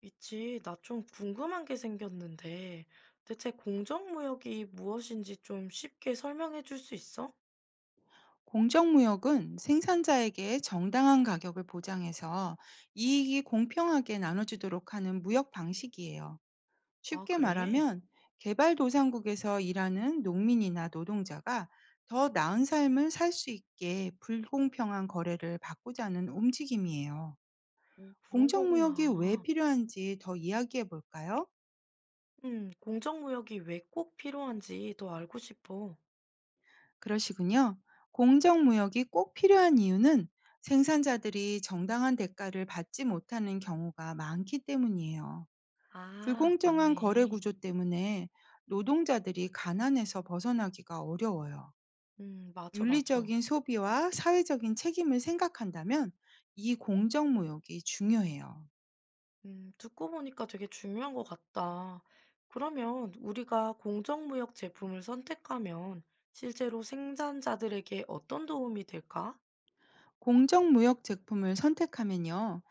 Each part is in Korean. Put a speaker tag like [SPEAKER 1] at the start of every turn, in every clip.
[SPEAKER 1] 있지, 나 좀 궁금한 게 생겼는데, 대체 공정무역이 무엇인지 좀 쉽게 설명해 줄 수 있어?
[SPEAKER 2] 공정무역은 생산자에게 정당한 가격을 보장해서 이익이 공평하게 나눠지도록 하는 무역 방식이에요.
[SPEAKER 1] 아,
[SPEAKER 2] 쉽게
[SPEAKER 1] 그래?
[SPEAKER 2] 말하면 개발도상국에서 일하는 농민이나 노동자가 더 나은 삶을 살 수 있게 불공평한 거래를 바꾸자는 움직임이에요.
[SPEAKER 1] 오, 그런
[SPEAKER 2] 공정무역이 왜
[SPEAKER 1] 거구나.
[SPEAKER 2] 필요한지 더 이야기해 볼까요?
[SPEAKER 1] 공정무역이 왜 꼭 필요한지 더 알고 싶어.
[SPEAKER 2] 그러시군요. 공정무역이 꼭 필요한 이유는 생산자들이 정당한 대가를 받지 못하는 경우가 많기 때문이에요.
[SPEAKER 1] 아,
[SPEAKER 2] 불공정한 거래
[SPEAKER 1] 맞네.
[SPEAKER 2] 구조 때문에 노동자들이 가난에서 벗어나기가 어려워요.
[SPEAKER 1] 맞아, 맞아.
[SPEAKER 2] 윤리적인 소비와 사회적인 책임을 생각한다면 이 공정무역이 중요해요.
[SPEAKER 1] 듣고 보니까 되게 중요한 것 같다. 그러면 우리가 공정무역 제품을 선택하면 실제로 생산자들에게 어떤 도움이 될까?
[SPEAKER 2] 공정무역 제품을 선택하면요.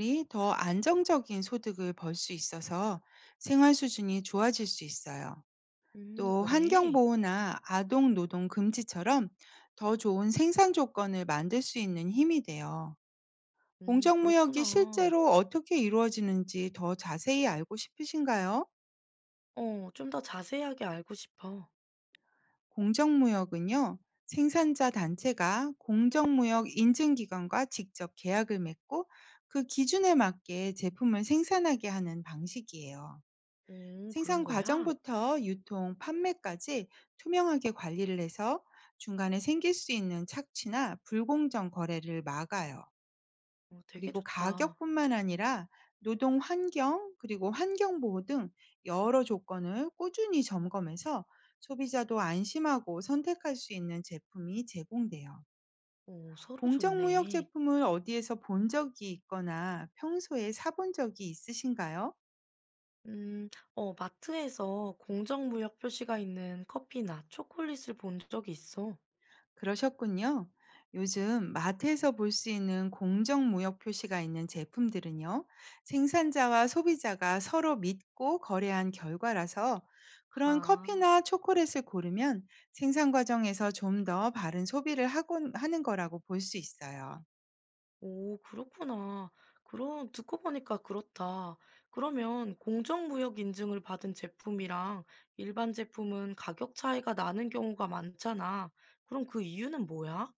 [SPEAKER 2] 생산자들이 더 안정적인 소득을 벌 수 있어서 생활 수준이 좋아질 수 있어요. 또 환경
[SPEAKER 1] 그래.
[SPEAKER 2] 보호나 아동 노동 금지처럼 더 좋은 생산 조건을 만들 수 있는 힘이 돼요. 공정무역이
[SPEAKER 1] 그렇구나.
[SPEAKER 2] 실제로 어떻게 이루어지는지 더 자세히 알고 싶으신가요?
[SPEAKER 1] 어, 좀 더 자세하게 알고 싶어.
[SPEAKER 2] 공정무역은요, 생산자 단체가 공정무역 인증기관과 직접 계약을 맺고 그 기준에 맞게 제품을 생산하게 하는 방식이에요.
[SPEAKER 1] 오, 그런
[SPEAKER 2] 생산
[SPEAKER 1] 거야?
[SPEAKER 2] 과정부터 유통, 판매까지 투명하게 관리를 해서 중간에 생길 수 있는 착취나 불공정 거래를 막아요.
[SPEAKER 1] 어, 되게
[SPEAKER 2] 그리고
[SPEAKER 1] 좋다.
[SPEAKER 2] 가격뿐만 아니라 노동 환경, 그리고 환경 보호 등 여러 조건을 꾸준히 점검해서 소비자도 안심하고 선택할 수 있는 제품이 제공돼요.
[SPEAKER 1] 오, 서로
[SPEAKER 2] 공정무역
[SPEAKER 1] 좋네.
[SPEAKER 2] 제품을 어디에서 본 적이 있거나 평소에 사본 적이 있으신가요?
[SPEAKER 1] 음, 어, 마트에서 공정무역 표시가 있는 커피나 초콜릿을 본 적이 있어.
[SPEAKER 2] 그러셨군요. 요즘 마트에서 볼 수 있는 공정무역 표시가 있는 제품들은요, 생산자와 소비자가 서로 믿고 거래한 결과라서 그런
[SPEAKER 1] 아,
[SPEAKER 2] 커피나 초콜릿을 고르면 생산 과정에서 좀 더 바른 소비를 하곤 하는 거라고 볼 수 있어요.
[SPEAKER 1] 오, 그렇구나. 그럼 듣고 보니까 그렇다. 그러면 공정무역 인증을 받은 제품이랑 일반 제품은 가격 차이가 나는 경우가 많잖아. 그럼 그 이유는 뭐야?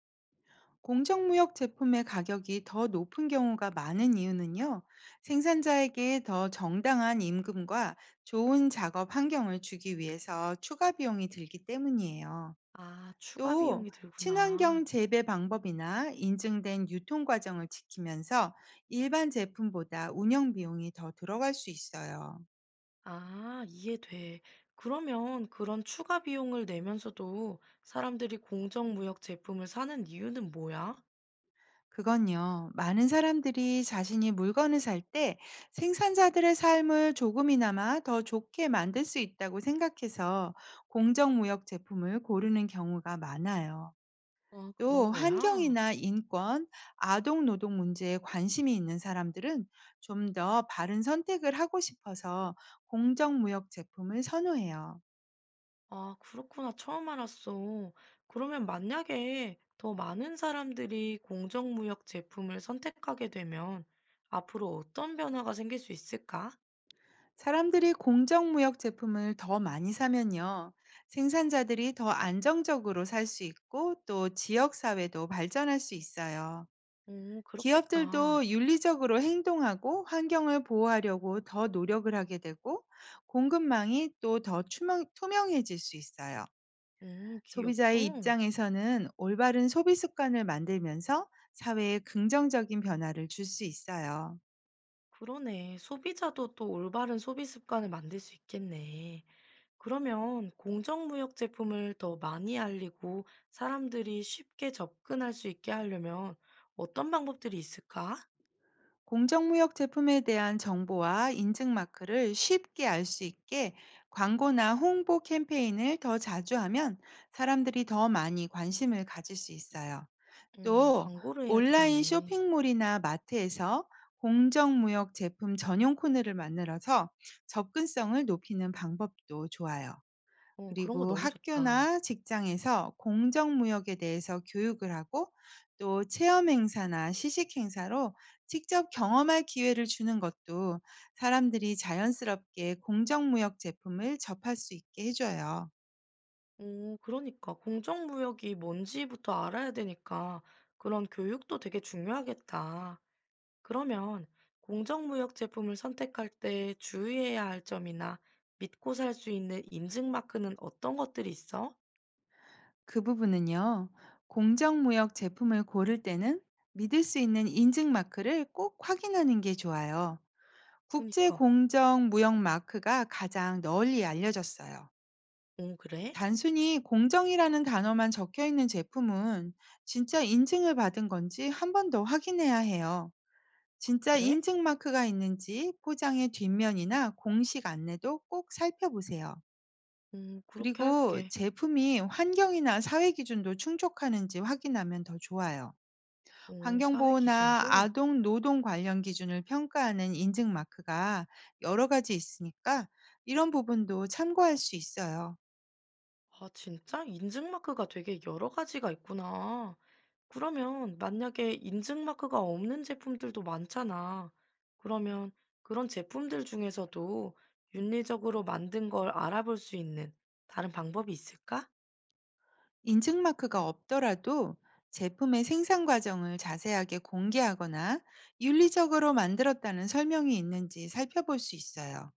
[SPEAKER 2] 공정무역 제품의 가격이 더 높은 경우가 많은 이유는요, 생산자에게 더 정당한 임금과 좋은 작업 환경을 주기 위해서 추가 비용이 들기 때문이에요.
[SPEAKER 1] 아, 추가
[SPEAKER 2] 또
[SPEAKER 1] 비용이 들구나.
[SPEAKER 2] 친환경 재배 방법이나 인증된 유통 과정을 지키면서 일반 제품보다 운영 비용이 더 들어갈 수 있어요.
[SPEAKER 1] 아, 이해돼. 그러면 그런 추가 비용을 내면서도 사람들이 공정무역 제품을 사는 이유는 뭐야?
[SPEAKER 2] 그건요, 많은 사람들이 자신이 물건을 살 때 생산자들의 삶을 조금이나마 더 좋게 만들 수 있다고 생각해서 공정무역 제품을 고르는 경우가 많아요.
[SPEAKER 1] 아, 그런
[SPEAKER 2] 또
[SPEAKER 1] 거야?
[SPEAKER 2] 환경이나 인권, 아동 노동 문제에 관심이 있는 사람들은 좀 더 바른 선택을 하고 싶어서 공정무역 제품을 선호해요.
[SPEAKER 1] 아, 그렇구나. 처음 알았어. 그러면 만약에 더 많은 사람들이 공정무역 제품을 선택하게 되면 앞으로 어떤 변화가 생길 수 있을까?
[SPEAKER 2] 사람들이 공정무역 제품을 더 많이 사면요. 생산자들이 더 안정적으로 살 수 있고 또 지역사회도 발전할 수 있어요.
[SPEAKER 1] 오, 그렇겠다.
[SPEAKER 2] 기업들도 윤리적으로 행동하고 환경을 보호하려고 더 노력을 하게 되고 공급망이 또 더 투명해질 수 있어요.
[SPEAKER 1] 귀엽도
[SPEAKER 2] 소비자의 입장에서는 올바른 소비 습관을 만들면서 사회에 긍정적인 변화를 줄 수 있어요.
[SPEAKER 1] 그러네. 소비자도 또 올바른 소비 습관을 만들 수 있겠네. 그러면 공정무역 제품을 더 많이 알리고 사람들이 쉽게 접근할 수 있게 하려면 어떤 방법들이 있을까?
[SPEAKER 2] 공정무역 제품에 대한 정보와 인증 마크를 쉽게 알 수 있게 광고나 홍보 캠페인을 더 자주 하면 사람들이 더 많이 관심을 가질 수 있어요. 또
[SPEAKER 1] 광고를 해야
[SPEAKER 2] 온라인
[SPEAKER 1] 되겠네.
[SPEAKER 2] 쇼핑몰이나 마트에서 공정무역 제품 전용 코너를 만들어서 접근성을 높이는 방법도 좋아요.
[SPEAKER 1] 어, 그런 거
[SPEAKER 2] 그리고
[SPEAKER 1] 너무 좋다.
[SPEAKER 2] 학교나 직장에서 공정무역에 대해서 교육을 하고 또 체험 행사나 시식 행사로 직접 경험할 기회를 주는 것도 사람들이 자연스럽게 공정무역 제품을 접할 수 있게 해줘요.
[SPEAKER 1] 오, 그러니까 공정무역이 뭔지부터 알아야 되니까 그런 교육도 되게 중요하겠다. 그러면 공정무역 제품을 선택할 때 주의해야 할 점이나 믿고 살 수 있는 인증 마크는 어떤 것들이 있어?
[SPEAKER 2] 그 부분은요, 공정무역 제품을 고를 때는 믿을 수 있는 인증 마크를 꼭 확인하는 게 좋아요. 국제
[SPEAKER 1] 그니까.
[SPEAKER 2] 공정 무역 마크가 가장 널리 알려졌어요.
[SPEAKER 1] 오, 그래?
[SPEAKER 2] 단순히 공정이라는 단어만 적혀 있는 제품은 진짜 인증을 받은 건지 한 번 더 확인해야 해요.
[SPEAKER 1] 아,
[SPEAKER 2] 진짜
[SPEAKER 1] 그래?
[SPEAKER 2] 인증 마크가 있는지 포장의 뒷면이나 공식 안내도 꼭 살펴보세요.
[SPEAKER 1] 그렇게
[SPEAKER 2] 그리고
[SPEAKER 1] 할게.
[SPEAKER 2] 제품이 환경이나 사회 기준도 충족하는지 확인하면 더 좋아요.
[SPEAKER 1] 오, 사회
[SPEAKER 2] 환경보호나
[SPEAKER 1] 기준도?
[SPEAKER 2] 아동 노동 관련 기준을 평가하는 인증 마크가 여러 가지 있으니까 이런 부분도 참고할 수 있어요.
[SPEAKER 1] 아, 진짜? 인증 마크가 되게 여러 가지가 있구나. 그러면 만약에 인증 마크가 없는 제품들도 많잖아. 그러면 그런 제품들 중에서도 윤리적으로 만든 걸 알아볼 수 있는 다른 방법이 있을까?
[SPEAKER 2] 인증 마크가 없더라도 제품의 생산 과정을 자세하게 공개하거나 윤리적으로 만들었다는 설명이 있는지 살펴볼 수 있어요.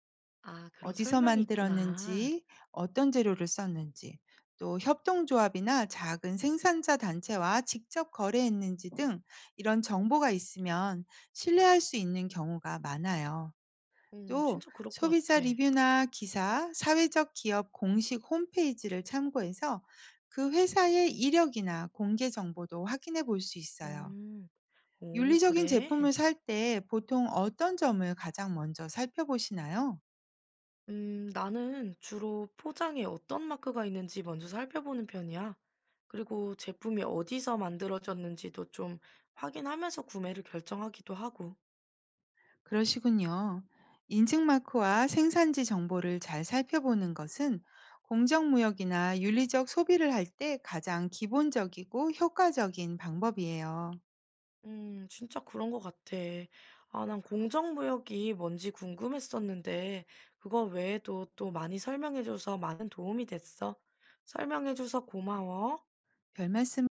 [SPEAKER 1] 아, 그런
[SPEAKER 2] 어디서
[SPEAKER 1] 설명이 있구나.
[SPEAKER 2] 만들었는지, 어떤 재료를 썼는지, 또 협동조합이나 작은 생산자 단체와 직접 거래했는지 등 이런 정보가 있으면 신뢰할 수 있는 경우가 많아요.
[SPEAKER 1] 어,
[SPEAKER 2] 또
[SPEAKER 1] 진짜 그럴 것
[SPEAKER 2] 소비자
[SPEAKER 1] 같아.
[SPEAKER 2] 리뷰나 기사, 사회적 기업 공식 홈페이지를 참고해서 그 회사의 이력이나 공개 정보도 확인해 볼 수 있어요.
[SPEAKER 1] 음. 오,
[SPEAKER 2] 윤리적인
[SPEAKER 1] 그래?
[SPEAKER 2] 제품을 살 때 보통 어떤 점을 가장 먼저 살펴보시나요?
[SPEAKER 1] 음, 나는 주로 포장에 어떤 마크가 있는지 먼저 살펴보는 편이야. 그리고 제품이 어디서 만들어졌는지도 좀 확인하면서 구매를 결정하기도 하고.
[SPEAKER 2] 그러시군요. 인증마크와 생산지 정보를 잘 살펴보는 것은 공정무역이나 윤리적 소비를 할 때 가장 기본적이고 효과적인 방법이에요.
[SPEAKER 1] 음, 진짜 그런 것 같아. 아, 난 공정무역이 뭔지 궁금했었는데 그거 외에도 또 많이 설명해 줘서 많은 도움이 됐어. 설명해 줘서 고마워.
[SPEAKER 2] 별 말씀을